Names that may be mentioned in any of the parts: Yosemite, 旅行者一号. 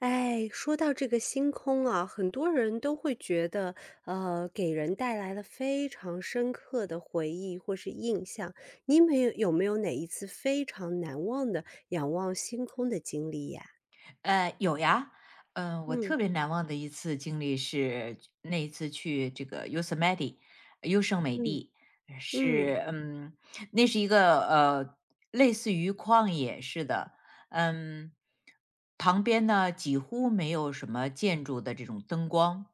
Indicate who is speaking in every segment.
Speaker 1: 哎，说到这个星空啊，很多人都会觉得，给人带来了非常深刻的回忆或是印象。你没有有没有哪一次非常难忘的仰望星空的经历呀？
Speaker 2: 有呀，我
Speaker 1: 嗯
Speaker 2: 特别难忘的一次经历是那一次去这个 Yosemite，优胜美
Speaker 1: 嗯
Speaker 2: 地，
Speaker 1: 嗯，
Speaker 2: 是，那是一个类似于旷野似的，嗯，旁边呢几乎没有什么建筑的这种灯光，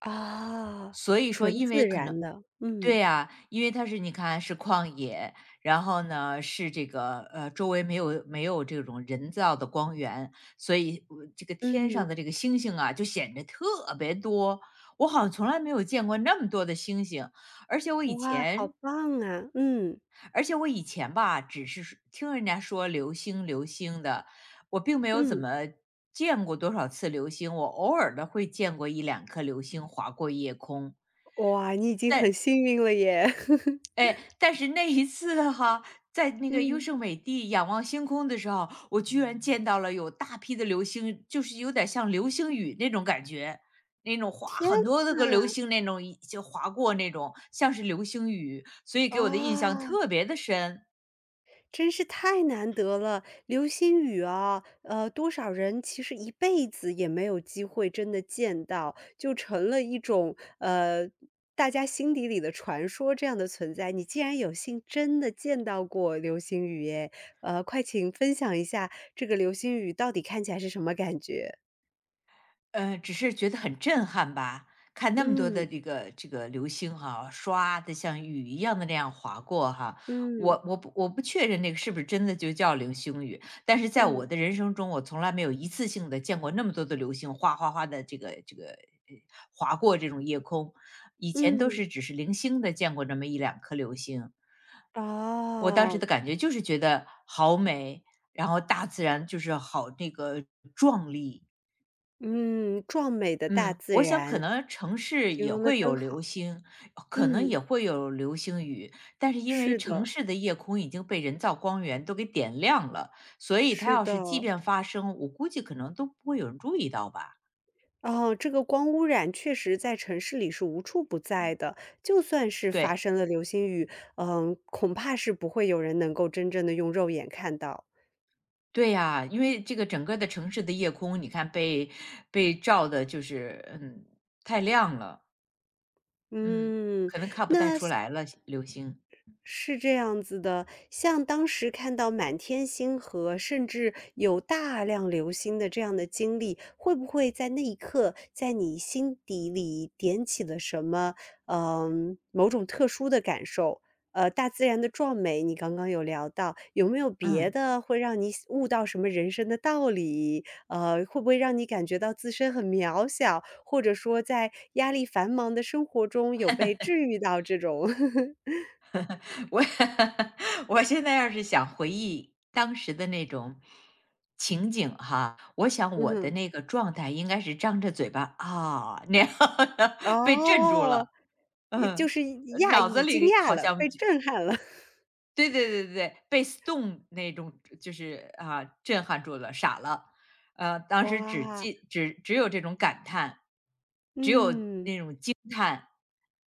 Speaker 1: 啊，
Speaker 2: 所以说
Speaker 1: 纯
Speaker 2: 因
Speaker 1: 自
Speaker 2: 为可能
Speaker 1: 然的，
Speaker 2: 对
Speaker 1: 嗯
Speaker 2: 呀，因为它是你看是旷野，然后呢是这个周围没有这种人造的光源，所以这个天上
Speaker 1: 嗯，
Speaker 2: 的这个星星啊就显得特别多。我好像从来没有见过那么多的星星，而且我以
Speaker 1: 哇，好
Speaker 2: 前，
Speaker 1: 棒啊，嗯
Speaker 2: 而且我以前吧，只是说听人家说流星流星的，我并没有怎
Speaker 1: 嗯，
Speaker 2: 么见过多少次流星，我偶尔的会见过一两颗流星划过夜空，
Speaker 1: 哇，你已经
Speaker 2: 但。
Speaker 1: 很幸运了耶，
Speaker 2: 哎，但是那一次哈，在那个优
Speaker 1: 嗯，
Speaker 2: 胜美地仰望星空的时候，我居然见到了有大批的流星，就是有点像流星雨那种感觉，那种划
Speaker 1: 天
Speaker 2: 很多那个
Speaker 1: 呐，
Speaker 2: 流星那种一就划过那种，像是流星雨，所以给我的印象
Speaker 1: 啊。
Speaker 2: 特别的深。
Speaker 1: 真是太难得了，流星雨啊，多少人其实一辈子也没有机会真的见到，就成了一种大家心底里的传说这样的存在。你竟然有幸真的见到过流星雨耶，快请分享一下这个流星雨到底看起来是什么感觉？
Speaker 2: 只是觉得很震撼吧。看那么多的
Speaker 1: 嗯
Speaker 2: 这个流星哈，唰的像雨一样的那样划过哈，
Speaker 1: 嗯
Speaker 2: 我不确认那个是不是真的就叫流星雨，但是在我
Speaker 1: 嗯
Speaker 2: 的人生中，我从来没有一次性的见过那么多的流星哗哗哗的这个划过这种夜空，以前都
Speaker 1: 嗯，
Speaker 2: 是只是零星的见过那么一两颗流星。我当时
Speaker 1: 哦，
Speaker 2: 的感觉就是觉得好美，然后大自然就是好那个壮丽，
Speaker 1: 嗯，壮美的大
Speaker 2: 嗯，
Speaker 1: 自
Speaker 2: 我想可
Speaker 1: 然，
Speaker 2: 能城市
Speaker 1: 形
Speaker 2: 也
Speaker 1: 容的
Speaker 2: 会有
Speaker 1: 真好。
Speaker 2: 流星，可能
Speaker 1: 嗯，
Speaker 2: 也会有流星雨，但是因为
Speaker 1: 是的。
Speaker 2: 城市的夜空已经被人造光源都给点亮了，所以它
Speaker 1: 是
Speaker 2: 要是
Speaker 1: 的，
Speaker 2: 即便发生，我估计可能都不会有人注意到吧。
Speaker 1: 哦，这个光污染确实在城市里是无处不在的。就算是发
Speaker 2: 对，
Speaker 1: 生了流星雨，嗯，恐怕是不会有人能够真正的用肉眼看到。
Speaker 2: 对呀，因为这个整个的城市的夜空，你看被照的，就是，太亮了，嗯，
Speaker 1: 嗯，
Speaker 2: 可能看不太
Speaker 1: 那
Speaker 2: 出来了流星，
Speaker 1: 是这样子的，像当时看到满天星河，甚至有大量流星的这样的经历，会不会在那一刻，在你心底里点起了什么，嗯，某种特殊的感受？大自然的壮美，你刚刚有聊到，有没有别
Speaker 2: 嗯。
Speaker 1: 的会让你悟到什么人生的道理？会不会让你感觉到自身很渺小，或者说在压力繁忙的生活中有被治愈到这种？
Speaker 2: 我 我现在要是想回忆当时的那种情景哈，我想
Speaker 1: 嗯
Speaker 2: 我的
Speaker 1: 哼。
Speaker 2: 那个状态应该是张着嘴巴啊那样的 被镇住
Speaker 1: 哦，
Speaker 2: 了，
Speaker 1: 也就
Speaker 2: 嗯，
Speaker 1: 是讶
Speaker 2: 脑子
Speaker 1: 异、惊
Speaker 2: 里
Speaker 1: 讶
Speaker 2: 好
Speaker 1: 了，
Speaker 2: 像
Speaker 1: 被
Speaker 2: 就
Speaker 1: 震撼了。
Speaker 2: 对对对对对，那种就是啊震撼住了，傻了，当时只
Speaker 1: 哇，
Speaker 2: 记只只有这种感叹，只有
Speaker 1: 嗯，
Speaker 2: 叹，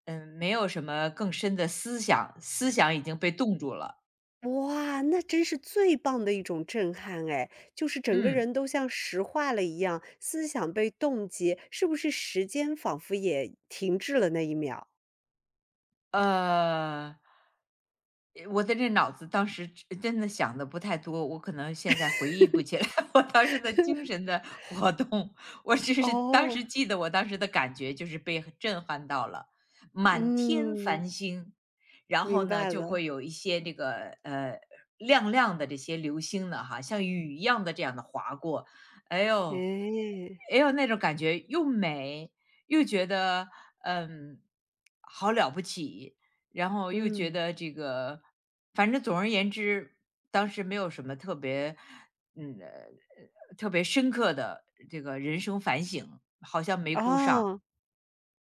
Speaker 2: 没有什么更深的思想，思想已经被冻住了，
Speaker 1: 哇，那真是最棒的一种震撼哎，就是整个
Speaker 2: 嗯。
Speaker 1: 人都像石化了一样，思想被冻结，是不是时间仿佛也停滞了那一秒？
Speaker 2: 呃，呃我的这脑子当时真的想的不太多，我可能现在回忆不起来 我当时的精神的活动，我只是当
Speaker 1: 哦，
Speaker 2: 时记得我当时的感觉就是被震撼到了，满天
Speaker 1: 嗯，
Speaker 2: 繁星，然后
Speaker 1: 明
Speaker 2: 呢
Speaker 1: 白
Speaker 2: 就
Speaker 1: 了，
Speaker 2: 会有一些这个亮亮的这些流星呢哈，像雨一样的这样的划过，哎呦，
Speaker 1: 哎，
Speaker 2: 哎呦那种感觉又美又觉得嗯，好了不起，然后又觉
Speaker 1: 嗯，
Speaker 2: 得这个，反正总而言之，当时没有什么特别，特别深刻的这个人生反省，好像没顾上
Speaker 1: 哦。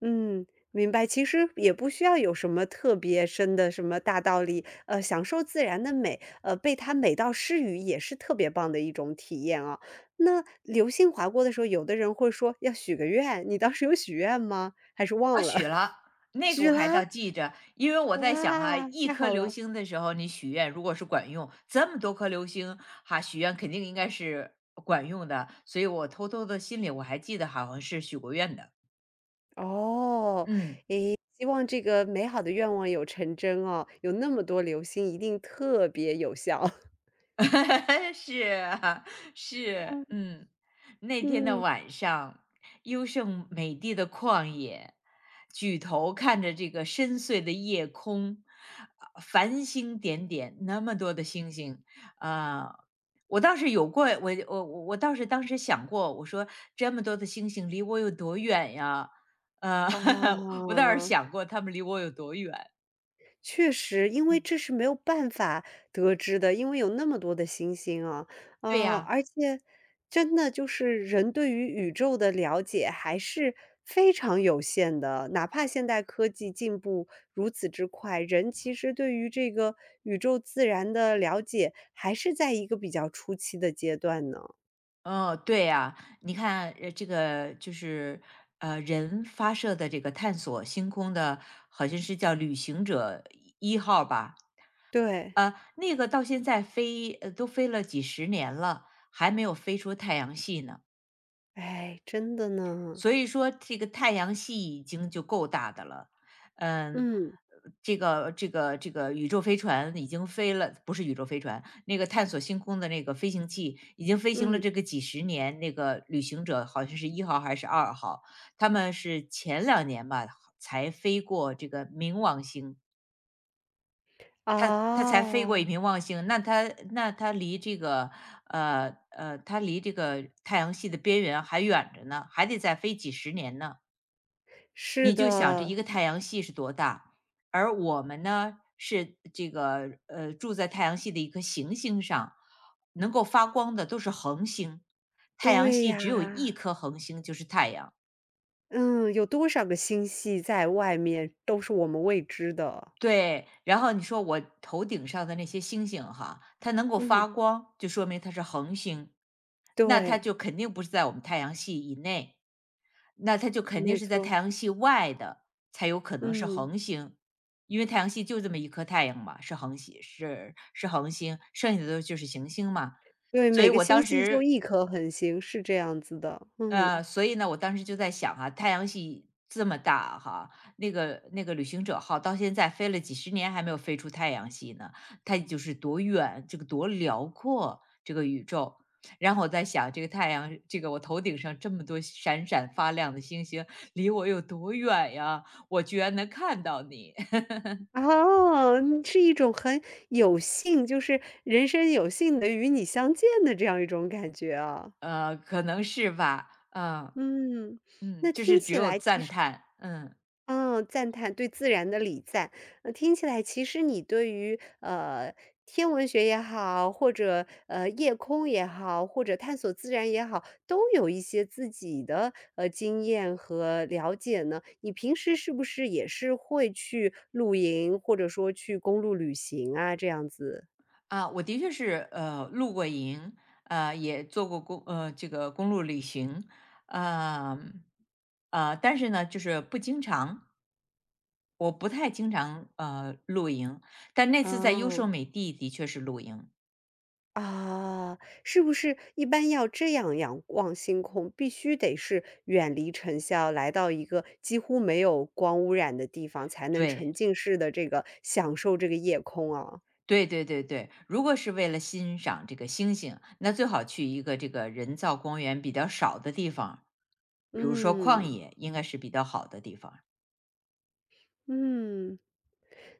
Speaker 1: 嗯，明白。其实也不需要有什么特别深的什么大道理，享受自然的美，被它美到失语也是特别棒的一种体验啊。那流星划过的时候，有的人会说要许个愿，你当时有许愿吗？还是
Speaker 2: 啊，
Speaker 1: 忘了？
Speaker 2: 许了。那个我
Speaker 1: 许
Speaker 2: 还倒
Speaker 1: 啦！
Speaker 2: 记着，因为我在想哈、
Speaker 1: 哇，
Speaker 2: 一
Speaker 1: 太
Speaker 2: 颗
Speaker 1: 好
Speaker 2: 流
Speaker 1: 了！
Speaker 2: 星的时候你许愿，如果是管用，这么多颗流星哈、许愿肯定应该是管用的，所以我偷偷的心里我还记得好像是许过愿的，
Speaker 1: 哦，
Speaker 2: 嗯。
Speaker 1: 诶，希望这个美好的愿望有成真哦，有那么多流星，一定特别有效。
Speaker 2: 是啊，是，
Speaker 1: 嗯
Speaker 2: 嗯，那天的
Speaker 1: 嗯，
Speaker 2: 晚上，优胜美地的旷野，举头看着这个深邃的夜空，啊繁星点点，那么多的星星，啊、我倒是有过，我倒是当时想过，我说这么多的星星离我有多远呀？呃，我倒是
Speaker 1: 啊。
Speaker 2: 想过他们离我有多远。
Speaker 1: 确实，因为
Speaker 2: 嗯，
Speaker 1: 这是没有办法得知的，因为有那么多的星星啊，
Speaker 2: 对
Speaker 1: 啊！
Speaker 2: 呀、
Speaker 1: 而且真的就是人对于宇宙的了解还是非常有限的，哪怕现代科技进步如此之快，人其实对于这个宇宙自然的了解还是在一个比较初期的阶段呢。
Speaker 2: 哦，对呀，你看，这个就是人发射的这个探索星空的，好像是叫旅行者一号吧？
Speaker 1: 对，
Speaker 2: 那个到现在飞，都飞了几十年了，还没有飞出太阳系呢。
Speaker 1: 哎，真的呢，
Speaker 2: 所以说这个太阳系已经就够大的了，嗯，
Speaker 1: 嗯
Speaker 2: 这个宇宙飞船已经飞了，不是宇宙飞船，那个探索星空的那个飞行器已经飞行了
Speaker 1: 嗯，
Speaker 2: 这个几十年，那个旅行者好像是一号还是2号，他们是前两年吧才飞过这个冥王星。它才飞
Speaker 1: 啊，
Speaker 2: 过一冥王星，那它离这个它离这个太阳系的边缘还远着呢，还得再飞几十年呢。
Speaker 1: 是
Speaker 2: 你就想这
Speaker 1: 的，
Speaker 2: 一个太阳系是多大，而我们呢是这个住在太阳系的一颗行星上，能够发光的都是恒星，太阳
Speaker 1: 对
Speaker 2: 系只有一
Speaker 1: 呀。
Speaker 2: 颗恒星就是太阳。
Speaker 1: 嗯，有多少个星系在外面都是我们未知的。
Speaker 2: 对，然后你说我头顶上的那些星星哈，它能够
Speaker 1: 嗯，
Speaker 2: 发光，就说明它是恒星，那它
Speaker 1: 对，
Speaker 2: 就肯定不是在我们太阳系以内。那它就肯定
Speaker 1: 没
Speaker 2: 是在
Speaker 1: 错，
Speaker 2: 太阳系外的，才有可能是
Speaker 1: 嗯，
Speaker 2: 恒星。因为太阳系就这么一颗太阳嘛，是恒系是是恒星，剩下的都就是行星嘛。
Speaker 1: 对，
Speaker 2: 所
Speaker 1: 每
Speaker 2: 以
Speaker 1: 个
Speaker 2: 我当
Speaker 1: 星系就
Speaker 2: 时
Speaker 1: 一颗恒星，是这样子的。嗯，
Speaker 2: 所以呢，我当时就在想啊，太阳系这么大哈，那个旅行者号到现在飞了几十年还没有飞出太阳系呢，它就是多远，这个多辽阔这个宇宙。然后我在想，这个太阳，这个我头顶上这么多闪闪发亮的星星，离我有多远呀？我居然能看到你，
Speaker 1: 哦，嗯是一种很有幸，就是人生有幸的与你相见的这样一种感觉啊。
Speaker 2: 可能是吧，
Speaker 1: 嗯，那
Speaker 2: 就是
Speaker 1: 听
Speaker 2: 只
Speaker 1: 起
Speaker 2: 有
Speaker 1: 来其
Speaker 2: 赞
Speaker 1: 实。
Speaker 2: 叹，嗯。
Speaker 1: 嗯，赞叹，对自然的礼赞。听起来其实你对于，天文学也好，或者，夜空也好，或者探索自然也好，都有一些自己的，经验和了解呢。你平时是不是也是会去露营，或者说去公路旅行啊，这样子？
Speaker 2: 啊，我的确是露过营，也做过这个公路旅行，呃但是呢，就是不经常，我不太经常露营，但那次在优胜
Speaker 1: 啊。
Speaker 2: 美地的确是露营，
Speaker 1: 啊，是不是一般要这样仰望星空，必须得是远离尘嚣，来到一个几乎没有光污染的地方，才能
Speaker 2: 对。
Speaker 1: 沉浸式的这个享受这个夜空啊？
Speaker 2: 对对对对，如果是为了欣赏这个星星，那最好去一个这个人造公园比较少的地方，比如说旷
Speaker 1: 嗯，
Speaker 2: 野，应该是比较好的地方。
Speaker 1: 嗯。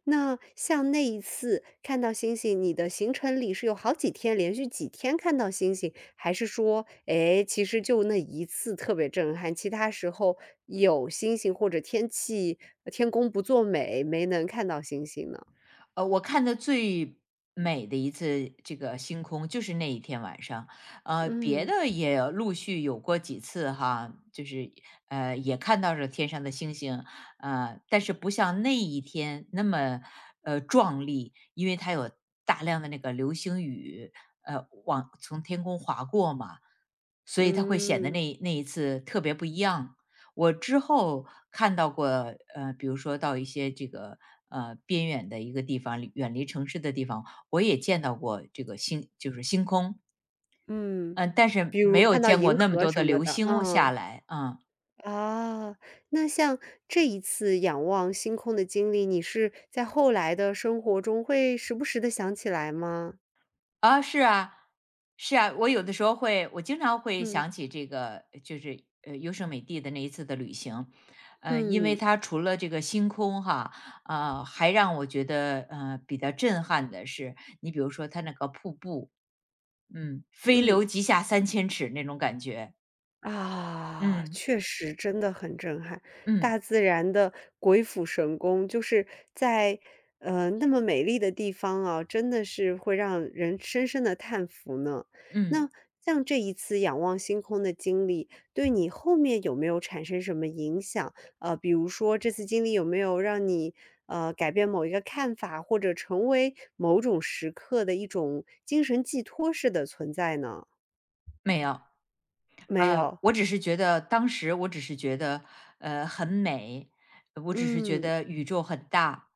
Speaker 1: 那像那一次看到星星，你的行程里是有好几天，连续几天看到星星，还是说，哎，其实就那一次特别震撼，其他时候有星星或者天公不作美，没能看到星星呢？
Speaker 2: 我看的最美的一次这个星空就是那一天晚上，别
Speaker 1: 嗯，
Speaker 2: 的也陆续有过几次哈，就是也看到了天上的星星，但是不像那一天那么壮丽，因为它有大量的那个流星雨，往从天空划过嘛，所以它会显得
Speaker 1: 嗯，
Speaker 2: 那那一次特别不一样。我之后看到过，比如说到一些这个边远的一个地方，远离城市的地方，我也见到过这个星，就是星空，
Speaker 1: 嗯，
Speaker 2: 嗯、但是
Speaker 1: 比
Speaker 2: 没
Speaker 1: 如
Speaker 2: 有
Speaker 1: 看到
Speaker 2: 见
Speaker 1: 银
Speaker 2: 过那么
Speaker 1: 河
Speaker 2: 多
Speaker 1: 什
Speaker 2: 的
Speaker 1: 么
Speaker 2: 流
Speaker 1: 的，
Speaker 2: 星下
Speaker 1: 嗯。
Speaker 2: 来，嗯，
Speaker 1: 啊，那像这一次仰望星空的经历，你是在后来的生活中会时不时的想起来吗？
Speaker 2: 啊，是啊，是啊，我有的时候会，我经常会
Speaker 1: 嗯。
Speaker 2: 想起这个，就是优胜美地的那一次的旅行，因为
Speaker 1: 嗯，
Speaker 2: 它除了这个星空哈，还让我觉得比较震撼的是，你比如说它那个瀑布，嗯。“飞流
Speaker 1: 嗯。
Speaker 2: 直下三千尺”那种感觉。
Speaker 1: 啊，
Speaker 2: 嗯，
Speaker 1: 确实真的很震撼，
Speaker 2: 嗯，
Speaker 1: 大自然的鬼斧神工，就是在，那么美丽的地方啊，真的是会让人深深的叹服呢。
Speaker 2: 嗯。
Speaker 1: 那像这一次仰望星空的经历，对你后面有没有产生什么影响？比如说这次经历有没有让你，改变某一个看法，或者成为某种时刻的一种精神寄托式的存在呢？
Speaker 2: 没有，
Speaker 1: 没有。
Speaker 2: 我只是觉得当时我只是觉得，很美，我只是觉
Speaker 1: 嗯，
Speaker 2: 得宇宙很大。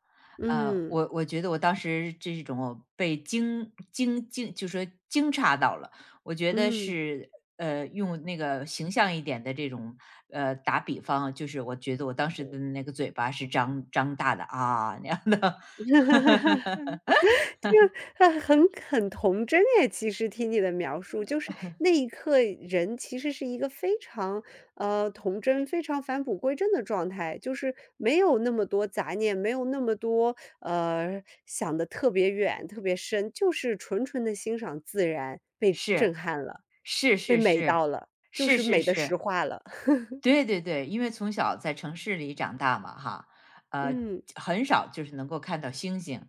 Speaker 1: 嗯，
Speaker 2: 我觉得我当时这种被惊惊惊就说惊诧到了，我觉得
Speaker 1: 嗯，
Speaker 2: 是用那个形象一点的这种，打比方啊，就是我觉得我当时的那个嘴巴是张大的，啊，那样的，
Speaker 1: 这很很童真哎，其实听你的描述，就是那一刻人其实是一个非常，童真、非常返璞归真的状态，就是没有那么多杂念，没有那么多，想的特别远、特别深，就是纯纯的欣赏自然，被震
Speaker 2: 是。
Speaker 1: 撼了，
Speaker 2: 是
Speaker 1: 被
Speaker 2: 是
Speaker 1: 美到
Speaker 2: 是，
Speaker 1: 了，就
Speaker 2: 是
Speaker 1: 是
Speaker 2: 是
Speaker 1: 美的石
Speaker 2: 是，
Speaker 1: 化了。
Speaker 2: 对对对，因为从小在城市里长大嘛哈，呃，
Speaker 1: 嗯，
Speaker 2: 很少就是能够看到星星，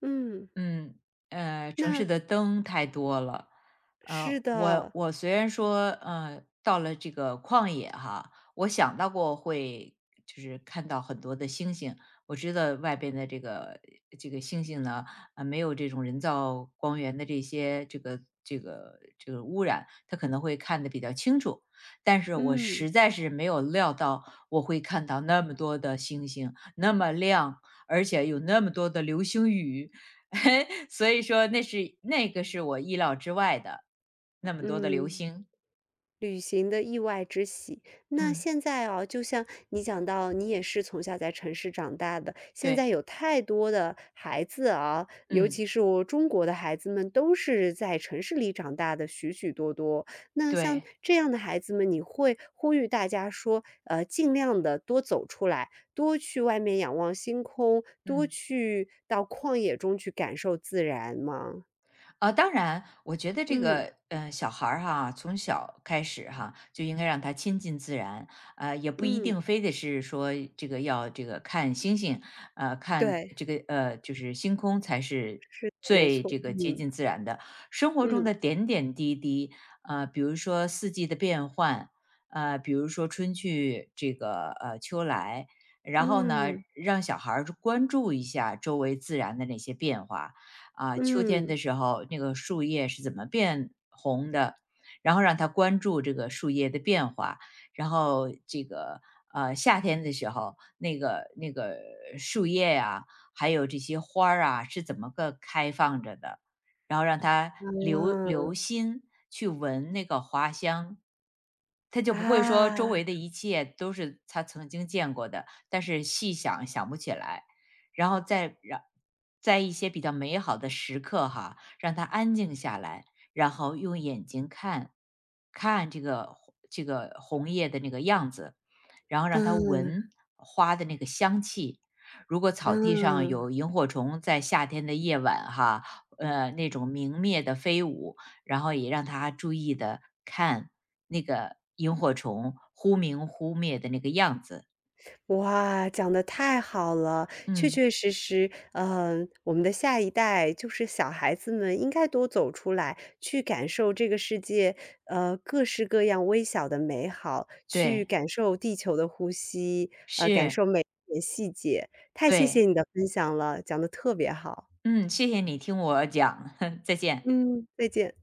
Speaker 1: 嗯，
Speaker 2: 嗯，城市
Speaker 1: 那
Speaker 2: 的灯太多了。
Speaker 1: 是
Speaker 2: 我
Speaker 1: 的，
Speaker 2: 我虽然说，到了这个旷野哈，我想到过会就是看到很多的星星。我知道外边的这个星星呢，没有这种人造光源的这些污染，它可能会看得比较清楚。但是我
Speaker 1: 嗯，
Speaker 2: 实在是没有料到我会看到那么多的星星，那么亮，而且有那么多的流星雨。所以说那是那个是我意料之外的，那么多的流
Speaker 1: 嗯。
Speaker 2: 星。
Speaker 1: 旅行的意外之喜。那
Speaker 2: 嗯，
Speaker 1: 现在啊，就像你讲到，你也是从小在城市长大的，现
Speaker 2: 对，
Speaker 1: 在有太多的孩子啊，尤
Speaker 2: 嗯，
Speaker 1: 其是我中国的孩子们，都是在城市里长大的许许多多。那像
Speaker 2: 对，
Speaker 1: 这样的孩子们，你会呼吁大家说，尽量的多走出来，多去外面仰望星空，多
Speaker 2: 嗯。
Speaker 1: 去到旷野中去感受自然吗？
Speaker 2: 当然，我觉得这
Speaker 1: 嗯
Speaker 2: 个，小孩儿哈，从小开始哈，就应该让他亲近自然，也不一定
Speaker 1: 嗯，
Speaker 2: 非得是说这个要这个看星星，看
Speaker 1: 对，
Speaker 2: 这个就是星空才是
Speaker 1: 是的，没
Speaker 2: 最
Speaker 1: 错，
Speaker 2: 这个接
Speaker 1: 嗯
Speaker 2: 近自然的。生活中
Speaker 1: 嗯。
Speaker 2: 的点点滴滴，比如说四季的变换，比如说春去这个秋来，然后呢，
Speaker 1: 嗯，
Speaker 2: 让小孩儿关注一下周围自然的那些变化，啊，秋天
Speaker 1: 嗯，
Speaker 2: 的时候那个树叶是怎么变红的，然后让他关注这个树叶的变化，然后这个夏天的时候，那个树叶啊，还有这些花儿啊是怎么个开放着的，然后让他留
Speaker 1: 啊。
Speaker 2: 留心去闻那个花香。他就不会说周
Speaker 1: 啊，
Speaker 2: 围的一切都是他曾经见过的，但是细想想不起来。然后再让在一些比较美好的时刻哈，让他安静下来，然后用眼睛看，看这个红叶的那个样子，然后让他
Speaker 1: 嗯，
Speaker 2: 闻花的那个香气。如果草地上
Speaker 1: 嗯，
Speaker 2: 有萤火虫在夏天的夜晚哈，那种明灭的飞舞，然后也让他注意的看那个萤火虫忽明忽灭的那个样子。
Speaker 1: 哇，讲的太好了。确
Speaker 2: 嗯，
Speaker 1: 确实实，我们的下一代就是小孩子们应该多走出来，去感受这个世界，各式各样微小的美好，去
Speaker 2: 对，
Speaker 1: 感受地球的呼吸，感
Speaker 2: 是，
Speaker 1: 受每一点细节。太谢
Speaker 2: 对。
Speaker 1: 谢你的分享了，讲的特别好。
Speaker 2: 嗯，谢谢你听我讲，再见。
Speaker 1: 嗯，再见。